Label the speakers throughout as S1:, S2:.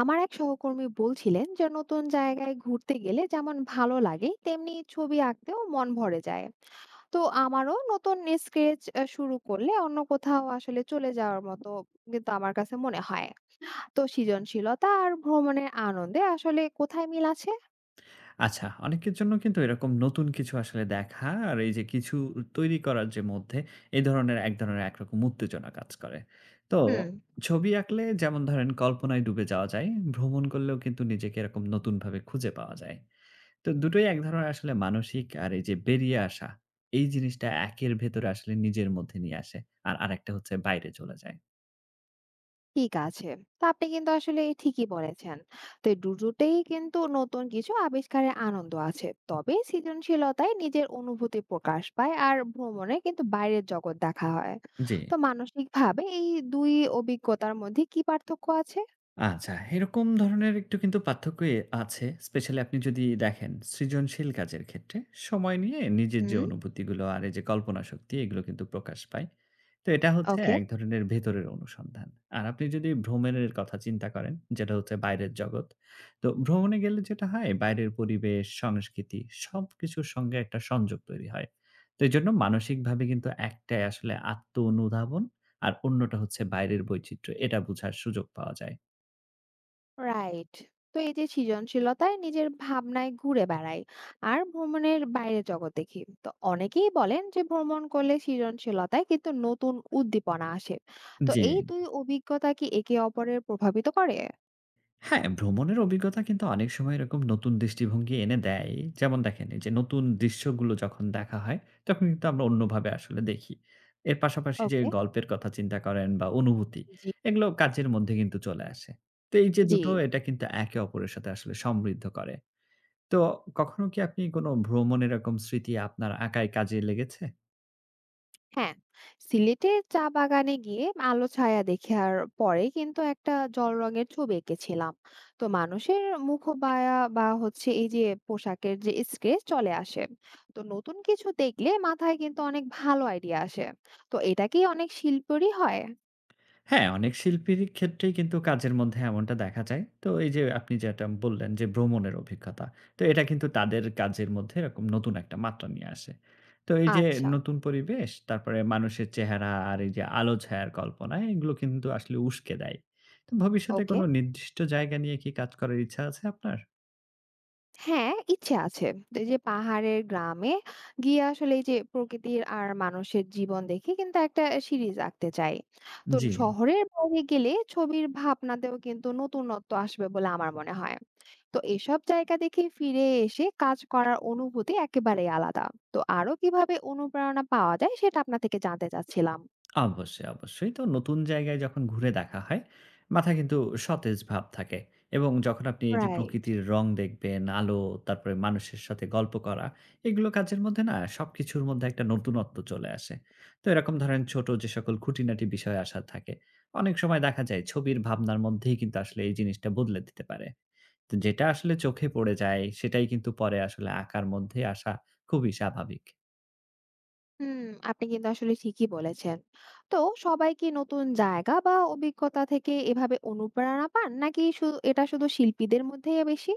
S1: আমার এক সহকর্মী বলছিলেন যে নতুন জায়গায় ঘুরতে গেলে যেমন ভালো লাগে তেমনি ছবি আঁকতেও মন ভরে যায়। তো আমারও নতুন স্কেচ শুরু করলে অন্য কোথাও আসলে চলে যাওয়ার মতো। কিন্তু আমার কাছে মনে হয়, তো সৃজনশীলতা আর ভ্রমণের আনন্দে আসলে কোথায় মিল আছে?
S2: আচ্ছা, অনেকের জন্য কিন্তু এরকম নতুন কিছু আসলে দেখা আর এই যে কিছু তৈরি করার যে মধ্যে এই ধরনের এক ধরনের একরকম উত্তেজনা কাজ করে। তো
S1: হুম।
S2: ছবি আঁকলে যেমন ধরেন কল্পনায় ডুবে যাওয়া যায়, ভ্রমণ করলেও কিন্তু নিজেকে এরকম নতুনভাবে খুঁজে পাওয়া যায়। তো দুটোই এক ধরনের আসলে মানসিক আর এই যে বেরিয়ে আসা, এই জিনিসটা একের ভেতরে আসলে নিজের মধ্যে নিয়ে আসে। আর আরেকটা হচ্ছে বাইরে চলে যায়।
S1: ঠিক আছে। তো আপনি কিন্তু আসলে ঠিকই বলেছেন। তো এই দুটোতেই কিন্তু নতুন কিছু আবিষ্কারের আনন্দ আছে। তবে সৃজনশীলতায় নিজের অনুভূতি প্রকাশ পায় আর ভ্রমণে কিন্তু বাইরের জগৎ দেখা হয়।
S2: জি।
S1: তো মানসিকভাবে এই দুই অভিজ্ঞতার মধ্যে কি পার্থক্য আছে?
S2: আচ্ছা, এরকম ধরনের একটু কিন্তু পার্থক্যই আছে। স্পেশালি আপনি যদি দেখেন সৃজনশীল কাজের ক্ষেত্রে সময় নিয়ে নিজের যে
S1: হুম,
S2: অনুভূতিগুলো আর এই যে কল্পনা শক্তি এগুলো কিন্তু প্রকাশ পায়। তো এটা হচ্ছে
S1: ওকে।
S2: এক ধরনের ভেতরের অনুসন্ধান। আর আপনি যদি ভ্রমণের কথা চিন্তা করেন, যেটা হচ্ছে বাইরের জগৎ। তো ভ্রমণে গেলে যেটা হয় বাইরের পরিবেশ, সংস্কৃতি সবকিছুর সঙ্গে একটা সংযোগ তৈরি হয়। তো এজন্য মানসিকভাবে কিন্তু একটাই আসলে আত্ম অনুধাবন আর অন্যটা হচ্ছে বাইরের বৈচিত্র্য। এটা বুঝার সুযোগ পাওয়া যায়।
S1: রাইট। তো এই যে সৃজনশীলতায় নিজের ভাবনায় ঘুরে বেড়াই আর ভ্রমণের বাইরে জগৎ দেখি, তো অনেকেই বলেন যে ভ্রমণ করলে সৃজনশীলতায় কিন্তু নতুন উদ্দীপনা আসে। তো
S2: জি।
S1: এই দুই অভিজ্ঞতা কি একে অপরের প্রভাবিত করে?
S2: হ্যাঁ, ভ্রমণের অভিজ্ঞতা কিন্তু অনেক সময় এরকম নতুন দৃষ্টিভঙ্গি এনে দেয়। যেমন দেখেন এই যে নতুন দৃশ্যগুলো যখন দেখা হয়, তখন কিন্তু আমরা অন্যভাবে আসলে দেখি। এর পাশাপাশি যে
S1: ওকে।
S2: গল্পের কথা চিন্তা করেন বা অনুভূতি,
S1: জি।
S2: এগুলো কাজের মধ্যে কিন্তু চলে আসে। তো এই যে
S1: জি।
S2: দুটো এটা কিন্তু একে অপরের সাথে আসলে সমৃদ্ধ করে। তো কখনো কি আপনি কোনো ভ্রমণ এরকম স্মৃতি আপনার আঁকায় কাজে লেগেছে?
S1: হ্যাঁ, সিলেটে চা বাগানে গিয়ে আলো ছায়া দেখার পরে কিন্তু একটা জল রঙের ছবি এঁকেছিলাম। তো মানুষের মুখবায়া বা হচ্ছে এই যে পোশাকের যে স্কেচ চলে আসে। তো নতুন কিছু দেখলে মাথায় কিন্তু অনেক ভালো আইডিয়া আসে। তো এটা কি অনেক শিল্পেরই হয়?
S2: হ্যাঁ, অনেক শিল্পীর ক্ষেত্রেই কিন্তু কাজের মধ্যে এমনটা দেখা যায়। তো এই যে আপনি যেটা বললেন যে ভ্রমণের অভিজ্ঞতা। তো এটা কিন্তু তাদের কাজের মধ্যে এরকম নতুন একটা মাত্রা নিয়ে আসে। তো এই যে
S1: আচ্ছা।
S2: নতুন পরিবেশ, তারপরে মানুষের চেহারা আর এই যে আলো ছায়ার কল্পনা এগুলো কিন্তু আসলে উস্কে দেয়। তো ভবিষ্যতে
S1: ওকে।
S2: কোনো নির্দিষ্ট জায়গা নিয়ে কি কাজ করার ইচ্ছা আছে আপনার?
S1: হ্যাঁ, ইচ্ছে আছে। তো এই যে পাহাড়ের গ্রামে গিয়ে আসলে এই যে প্রকৃতির আর মানুষের জীবন দেখে কিন্তু একটা সিরিজ আঁকতে চাই। তো
S2: জি।
S1: শহরের বাইরে গেলে ছবির ভাবনাতেও কিন্তু নতুনত্ব আসবে বলে আমার মনে হয়। তো এসব জায়গা দেখে ফিরে এসে কাজ করার অনুভূতি একেবারেই আলাদা। তো আরো কিভাবে অনুপ্রেরণা পাওয়া যায় সেটা আপনার থেকে জানতে চাচ্ছিলাম।
S2: অবশ্যই, অবশ্যই। তো নতুন জায়গায় যখন ঘুরে দেখা হয়, মাথায় কিন্তু সতেজ ভাব থাকে এবং যখন আপনি এই যে
S1: রাইট।
S2: প্রকৃতির রং দেখবেন, আলো, তারপরে মানুষের সাথে গল্প করা, এগুলো কাজের মধ্যে না সবকিছুর মধ্যে একটা নতুনত্ব চলে আসে। তো এরকম ধরেন ছোট যে সকল খুঁটিনাটি বিষয় আশা থাকে, অনেক সময় দেখা যায় ছবির ভাবনার মধ্যেই কিন্তু আসলে এই জিনিসটা বদলে দিতে পারে। তো যেটা আসলে চোখে পড়ে যায়, সেটাই কিন্তু পরে আসলে আঁকার মধ্যে আসা খুবই স্বাভাবিক।
S1: হুম, আপনি কিন্তু আসলে ঠিকই বলেছেন। তো সবাই কি নতুন জায়গা বা অভিজ্ঞতা থেকে এভাবে অনুপ্রেরণা পান? নাকি এটা শুধু শিল্পীদের মধ্যেই বেশি?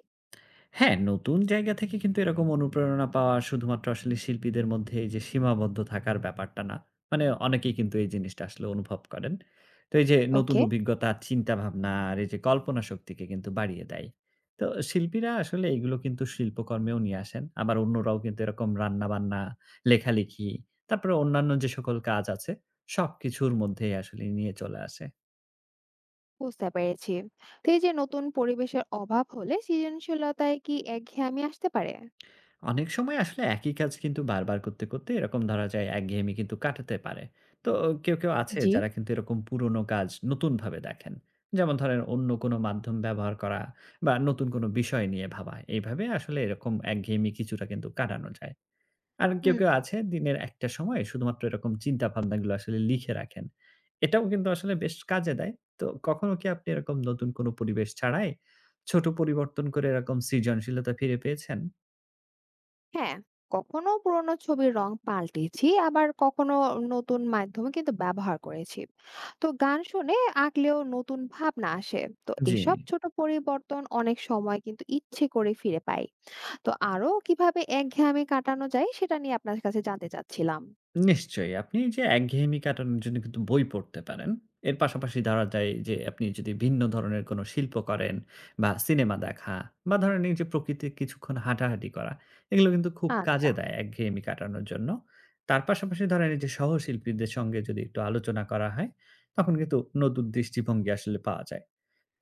S2: হ্যাঁ, নতুন জায়গা থেকে কিন্তু এরকম অনুপ্রেরণা পাওয়া শুধুমাত্র আসলে শিল্পীদের মধ্যে এই যে সীমাবদ্ধ থাকার ব্যাপারটা না। মানে অনেকেই কিন্তু এই জিনিসটা আসলে অনুভব করেন। তো এই যে নতুন
S1: ওকে।
S2: অভিজ্ঞতা, চিন্তাভাবনা আর এই যে কল্পনা শক্তিকে কিন্তু বাড়িয়ে দেয়। তো শিল্পীরা আসলে এগুলো কিন্তু শিল্পকর্মেও নিয়ে আসেন। আবার অন্যরাও কিন্তু এরকম রান্নাবান্না, লেখালেখি, তারপরে অন্যান্য যে সকল কাজ আছে সবকিছুর মধ্যেই আসলে নিয়ে চলে আসে।
S1: বুঝতে পেরেছি। তো এই যে নতুন পরিবেশের অভাব হলে সৃজনশীলতায় কি একঘেয়েমি আসতে পারে?
S2: অনেক সময় আসলে একই কাজ কিন্তু বারবার করতে, করতে এরকম ধরা যায় একঘেয়েমি কিন্তু কাটাতে পারে। তো কেউ আছে
S1: জি।
S2: যারা কিন্তু এরকম পুরনো কাজ নতুনভাবে দেখেন। যেমন ধরেন অন্য কোনো মাধ্যম ব্যবহার করা বা নতুন কোনো বিষয় নিয়ে ভাবা। এইভাবে আসলে এরকম একঘেয়েমি কিছুটা কিন্তু কাটানো যায়। আর কেউ,
S1: হুম।
S2: কেউ আছে দিনের একটা সময় শুধুমাত্র এরকম চিন্তাভাবনাগুলো আসলে লিখে রাখেন। এটাও কিন্তু আসলে বেশ কাজে দেয়। তো কখনো কি আপনি এরকম নতুন কোনো পরিবেশ ছাড়াই ছোট পরিবর্তন করে এরকম সৃজনশীলতা ফিরে পেয়েছেন?
S1: হ্যাঁ, কখনো পুরোনো ছবির রং পাল্টেছি, আবার কখনো নতুন মাধ্যমে কিন্তু ব্যবহার করেছি। তো গান শুনে আঁকলেও নতুন ভাবনা আসে। তো
S2: জি।
S1: এসব ছোট পরিবর্তন অনেক সময় কিন্তু ইচ্ছে করে ফিরে পাই। তো আরো কিভাবে একঘেয়েমি কাটানো যায় সেটা নিয়ে আপনার কাছে জানতে চাচ্ছিলাম।
S2: নিশ্চয়ই। আপনি যে একঘেয়েমি কাটানোর জন্য কিন্তু বই পড়তে পারেন। এর পাশাপাশি ধরা যায় যে আপনি যদি ভিন্ন ধরনের কোনো শিল্প করেন বা সিনেমা দেখা বা ধরেন এই যে প্রকৃতির কিছুক্ষণ হাঁটাহাঁটি করা, এগুলো কিন্তু খুব
S1: আচ্ছা,
S2: কাজে দেয় একঘেয়েমি কাটানোর জন্য। তার পাশাপাশি ধরেন এই যে সহশিল্পীদের সঙ্গে যদি একটু আলোচনা করা হয়, তখন কিন্তু নতুন দৃষ্টিভঙ্গি আসলে পাওয়া যায়।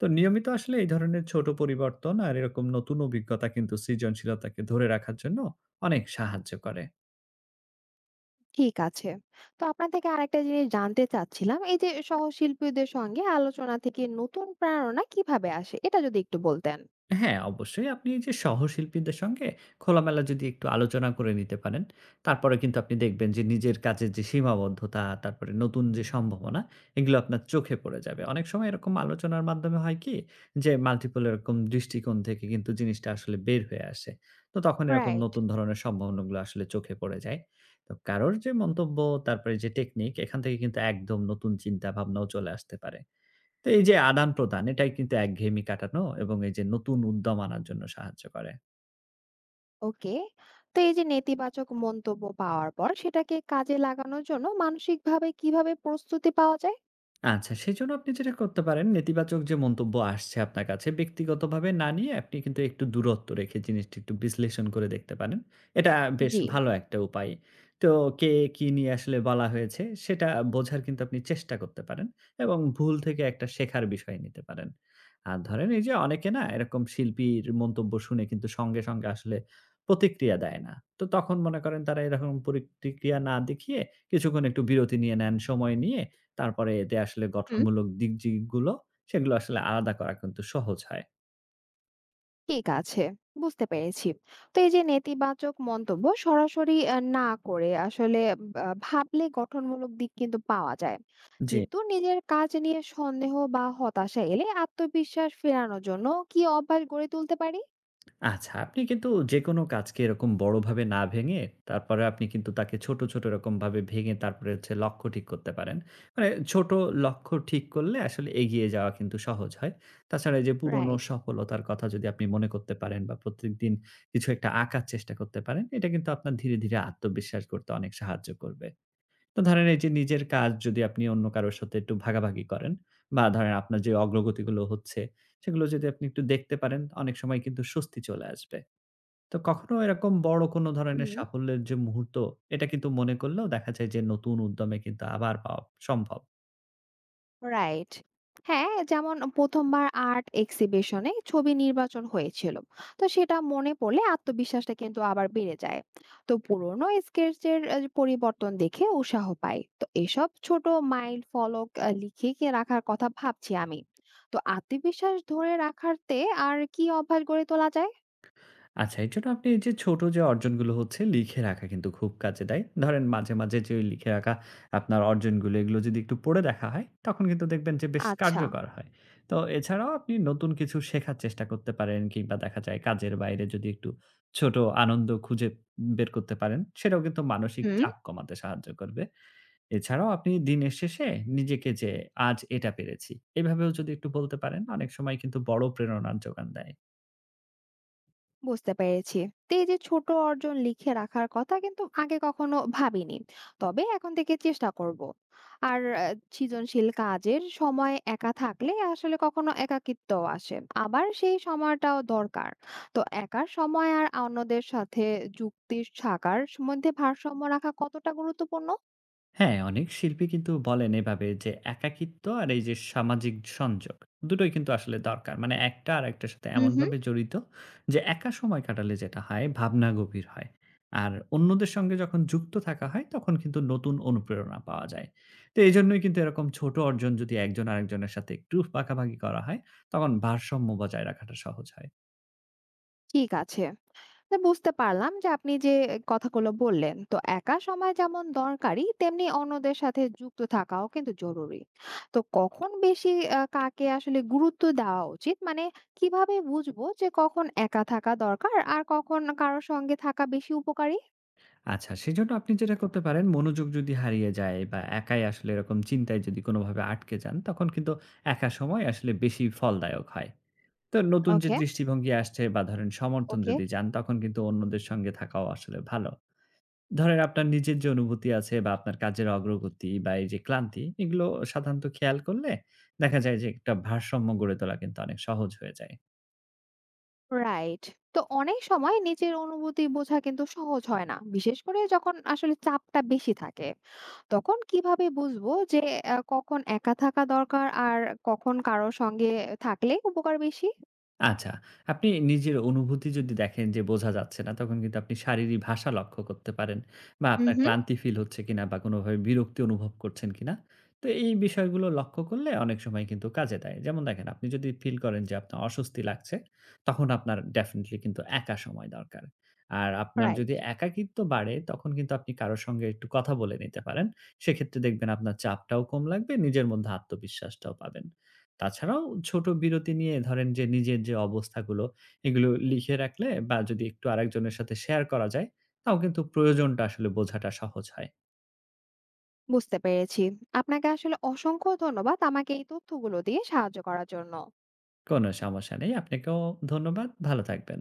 S2: তো নিয়মিত আসলে এই ধরনের ছোট পরিবর্তন আর এরকম নতুন অভিজ্ঞতা কিন্তু সৃজনশীলতাকে ধরে রাখার জন্য অনেক সাহায্য করে।
S1: ঠিক আছে। তো আপনার থেকে আরেকটা জিনিস জানতে চাচ্ছিলাম, এই যে সহশিল্পীদের সঙ্গে আলোচনা থেকে নতুন প্রেরণা কিভাবে আসে? এটা যদি একটু বলতেন।
S2: হ্যাঁ, অবশ্যই আপনি এই যে সহশিল্পীদের সঙ্গে খোলামেলা যদি একটু আলোচনা করে নিতে পারেন, তারপরে কিন্তু আপনি দেখবেন যে নিজের কাজের যে সীমাবদ্ধতা, তারপরে নতুন যে সম্ভাবনা, এগুলো আপনার চোখে পড়ে যাবে। অনেক সময় এরকম আলোচনার মাধ্যমে হয় কি যে মাল্টিপল এরকম দৃষ্টিকোণ থেকে কিন্তু জিনিসটা আসলে বের হয়ে আসে। তো তখন এরকম
S1: রাইট।
S2: নতুন ধরনের সম্ভাবনাগুলো আসলে চোখে পড়ে যায়। তো কারোর যে মন্তব্য, তারপরে যে টেকনিক এখান থেকে কিন্তু একদম নতুন চিন্তা ভাবনাও চলে আসতে পারে। তো এই যে আদান-প্রদান এটাই কিন্তু একঘেয়েমি কাটানো এবং এই যে নতুন উদ্যম আনার জন্য সাহায্য করে।
S1: ওকে। তো এই যে নেতিবাচক মন্তব্য পাওয়ার পর সেটাকে কাজে লাগানোর জন্য মানসিকভাবে কিভাবে প্রস্তুতি পাওয়া যায়?
S2: আচ্ছা, সেজন্য আপনি যেটা করতে পারেন, নেতিবাচক যে মন্তব্য আসছে আপনার কাছে, ব্যক্তিগতভাবে না নিয়ে আপনি কিন্তু একটু দূরত্ব রেখে জিনিসটি একটু বিশ্লেষণ করে দেখতে পারেন। এটা বেশ
S1: জি।
S2: ভালো একটা উপায়। তো কে কি নিয়ে আসলে বলা হয়েছে, সেটা বোঝার কিন্তু আপনি চেষ্টা করতে পারেন এবং ভুল থেকে একটা শেখার বিষয় নিতে পারেন। আর ধরেন এই যে অনেকে না এরকম শিল্পীর মন্তব্য শুনে কিন্তু সঙ্গে আসলে প্রতিক্রিয়া দেয় না। তো তখন মনে করেন তারা এরকম প্রতিক্রিয়া না দেখিয়ে কিছুক্ষণ একটু বিরতি নিয়ে নেন, সময় নিয়ে তারপরে এতে আসলে
S1: হুম।
S2: গঠনমূলক দিক যেগুলো, সেগুলো আসলে আলাদা করা কিন্তু সহজ হয়।
S1: ঠিক আছে। বুঝতে পেরেছি। তো এই যে নেতিবাচক মন্তব্য সরাসরি না করে আসলে ভাবলে গঠনমূলক দিক কিন্তু পাওয়া যায়।
S2: জি।
S1: কিন্তু নিজের কাজ নিয়ে সন্দেহ বা হতাশা এলে আত্মবিশ্বাস ফেরানোর জন্য কি অভ্যাস গড়ে তুলতে পারি?
S2: আচ্ছা, আপনি কিন্তু যেকোনো কাজকে এরকম বড়ভাবে না ভেঙে, তারপরে আপনি কিন্তু তাকে ছোট এরকমভাবে ভেঙে তারপরে হচ্ছে লক্ষ্য ঠিক করতে পারেন। মানে ছোট লক্ষ্য ঠিক করলে আসলে এগিয়ে যাওয়া কিন্তু সহজ হয়। তাছাড়া এই যে পুরনো
S1: রাইট,
S2: সফলতার কথা যদি আপনি মনে করতে পারেন বা প্রত্যেকদিন কিছু একটা আঁকার চেষ্টা করতে পারেন, এটা কিন্তু আপনার ধীরে আত্মবিশ্বাস গড়তে অনেক সাহায্য করবে। তো ধরেন এই যে নিজের কাজ যদি আপনি অন্য কারো সাথে একটু ভাগাভাগি করেন বা ধরেন আপনার যে অগ্রগতিগুলো হচ্ছে সেগুলো যদি আপনি একটু দেখতে পারেন অনেক সময় কিন্তু স্বস্তি চলে আসবে। তো কখনো এরকম বড় কোনো ধরনের সাফল্যের যে মুহূর্ত এটা কিন্তু মনে করলেও দেখা যায় যে নতুন উদ্যমে কিন্তু আবার পাওয়া সম্ভব।
S1: রাইট। হ্যাঁ, যেমন প্রথমবার আর্ট এক্সিবিশনে ছবি নির্বাচন হয়েছিল, তো সেটা মনে পড়লে আত্মবিশ্বাসটা কিন্তু আবার বেড়ে যায়। তো পুরনো স্কেচের পরিবর্তন দেখে উৎসাহ পাই। তো এসব ছোট মাইল ফলক লিখে কি রাখার কথা ভাবছি আমি। তো আত্মবিশ্বাস ধরে রাখাতে আর কি অভ্যাস গড়ে তোলা যায়?
S2: আচ্ছা, এর জন্য আপনি এই যে ছোট যে অর্জনগুলো হচ্ছে লিখে রাখা কিন্তু খুব কাজে দেয়। ধরেন মাঝে যে ওই লিখে রাখা আপনার অর্জনগুলো এগুলো যদি একটু পড়ে দেখা হয়, তখন কিন্তু দেখবেন যে বেশ
S1: আচ্ছা।
S2: কার্যকর হয়। তো এছাড়াও আপনি নতুন কিছু শেখার চেষ্টা করতে পারেন কিংবা দেখা যায় কাজের বাইরে যদি একটু ছোট আনন্দ খুঁজে বের করতে পারেন, সেটাও কিন্তু মানসিক
S1: হুম।
S2: চাপ কমাতে সাহায্য করবে। এছাড়াও আপনি দিনের শেষে নিজেকে যে আজ এটা পেরেছি, এভাবেও যদি একটু বলতে পারেন অনেক সময় কিন্তু বড় প্রেরণার যোগান দেয়।
S1: বুঝতে পেরেছি। তো এই যে ছোট অর্জন লিখে রাখার কথা কিন্তু আগে কখনো ভাবিনি। তবে এখন থেকে চেষ্টা করব। আর সৃজনশীল কাজের সময় একা থাকলে আসলে কখনো একাকিত্ব আসে, আবার সেই সময়টাও দরকার। তো একার সময় আর অন্যদের সাথে যুক্তি থাকার মধ্যে ভারসাম্য রাখা কতটা গুরুত্বপূর্ণ?
S2: হ্যাঁ, অনেক শিল্পী কিন্তু বলেন এভাবে যে একাকিত্ব আর এই যে সামাজিক সংযোগ দুটোই কিন্তু আসলে দরকার। মানে একটা আরেকটার সাথে
S1: হুম, হুম।
S2: এমনভাবে জড়িত যে একা সময় কাটালে যেটা হয় ভাবনা গভীর হয়। আর অন্যদের সঙ্গে যখন যুক্ত থাকা হয় তখন কিন্তু নতুন অনুপ্রেরণা পাওয়া যায়। তো এজন্যই কিন্তু এরকম ছোট অর্জন যদি একজন আরেকজনের সাথে একটু পাকাপাকি করা হয় তখন ভারসাম্য বজায় রাখাটা সহজ হয়।
S1: ঠিক আছে। তা বুঝতে পারলাম যে আপনি যে কথাগুলো বললেন, তো একা সময় যেমন দরকারি তেমনি অন্যদের সাথে যুক্ত থাকাও কিন্তু জরুরি। তো কখন বেশি কাকে আসলে গুরুত্ব দেওয়া উচিত, মানে কিভাবে বুঝবো যে কখন একা থাকা দরকার আর কখন কারোর সঙ্গে থাকা বেশি উপকারী?
S2: আচ্ছা, সেজন্য আপনি যেটা করতে পারেন মনোযোগ যদি হারিয়ে যায় বা একাই আসলে এরকম চিন্তায় যদি কোনোভাবে আটকে যান, তখন কিন্তু একা সময় আসলে বেশি ফলদায়ক হয়। তো নতুন যে
S1: ওকে,
S2: দৃষ্টিভঙ্গি আসছে বা ধরেন সমর্থন
S1: ওকে।
S2: যদি যান, তখন কিন্তু অন্যদের সঙ্গে থাকাও আসলে ভালো। ধরেন আপনার নিজের যে অনুভূতি আছে বা আপনার কাজের অগ্রগতি বা এই যে ক্লান্তি, এগুলো সাধারণত খেয়াল করলে দেখা যায় যে একটা ভারসাম্য গড়ে তোলা কিন্তু অনেক সহজ হয়ে যায়।
S1: রাইট। তো অনেক সময় নিজের অনুভূতি বোঝা কিন্তু সহজ হয় না, বিশেষ করে যখন আসলে চাপটা বেশি থাকে। তখন কিভাবে বুঝবো যে আ কখন একা থাকা দরকার আর কখন কারো সঙ্গে থাকলে উপকার বেশি?
S2: আচ্ছা। আপনি নিজের অনুভূতি যদি দেখেন যে বোঝা যাচ্ছে না, তখন কিন্তু আপনি শারীরিক ভাষা লক্ষ্য করতে পারেন বা
S1: হুম,
S2: আপনার
S1: হুম।
S2: ক্লান্তি ফিল হচ্ছে কিনা বা কোনোভাবে বিরক্তি অনুভব করছেন কিনা। তো এই বিষয়গুলো লক্ষ্য করলে অনেক সময় কিন্তু কাজে দেয়। যেমন দেখেন আপনি যদি ফিল করেন যে আপনার অস্বস্তি লাগছে, তখন আপনার ডেফিনিটলি কিন্তু একা সময় দরকার। আর আপনার
S1: রাইট,
S2: যদি একাকিত্ব বাড়ে, তখন কিন্তু আপনি কারো সঙ্গে একটু কথা বলে নিতে পারেন। সেক্ষেত্রে দেখবেন আপনার চাপটাও কম লাগবে, নিজের মধ্যে আত্মবিশ্বাসটাও পাবেন। তাছাড়াও ছোট বিরতি নিয়ে ধরেন যে নিজের যে অবস্থাগুলো এগুলো লিখে রাখলে বা যদি একটু আরেকজনের সাথে শেয়ার করা যায় তাও কিন্তু প্রয়োজনটা আসলে বোঝাটা সহজ হয়।
S1: বুঝতে পেরেছি। আপনাকে আসলে অসংখ্য ধন্যবাদ আমাকে এই তথ্যগুলো দিয়ে সাহায্য করার জন্য।
S2: কোনো সমস্যা নেই। আপনাকেও ধন্যবাদ। ভালো থাকবেন।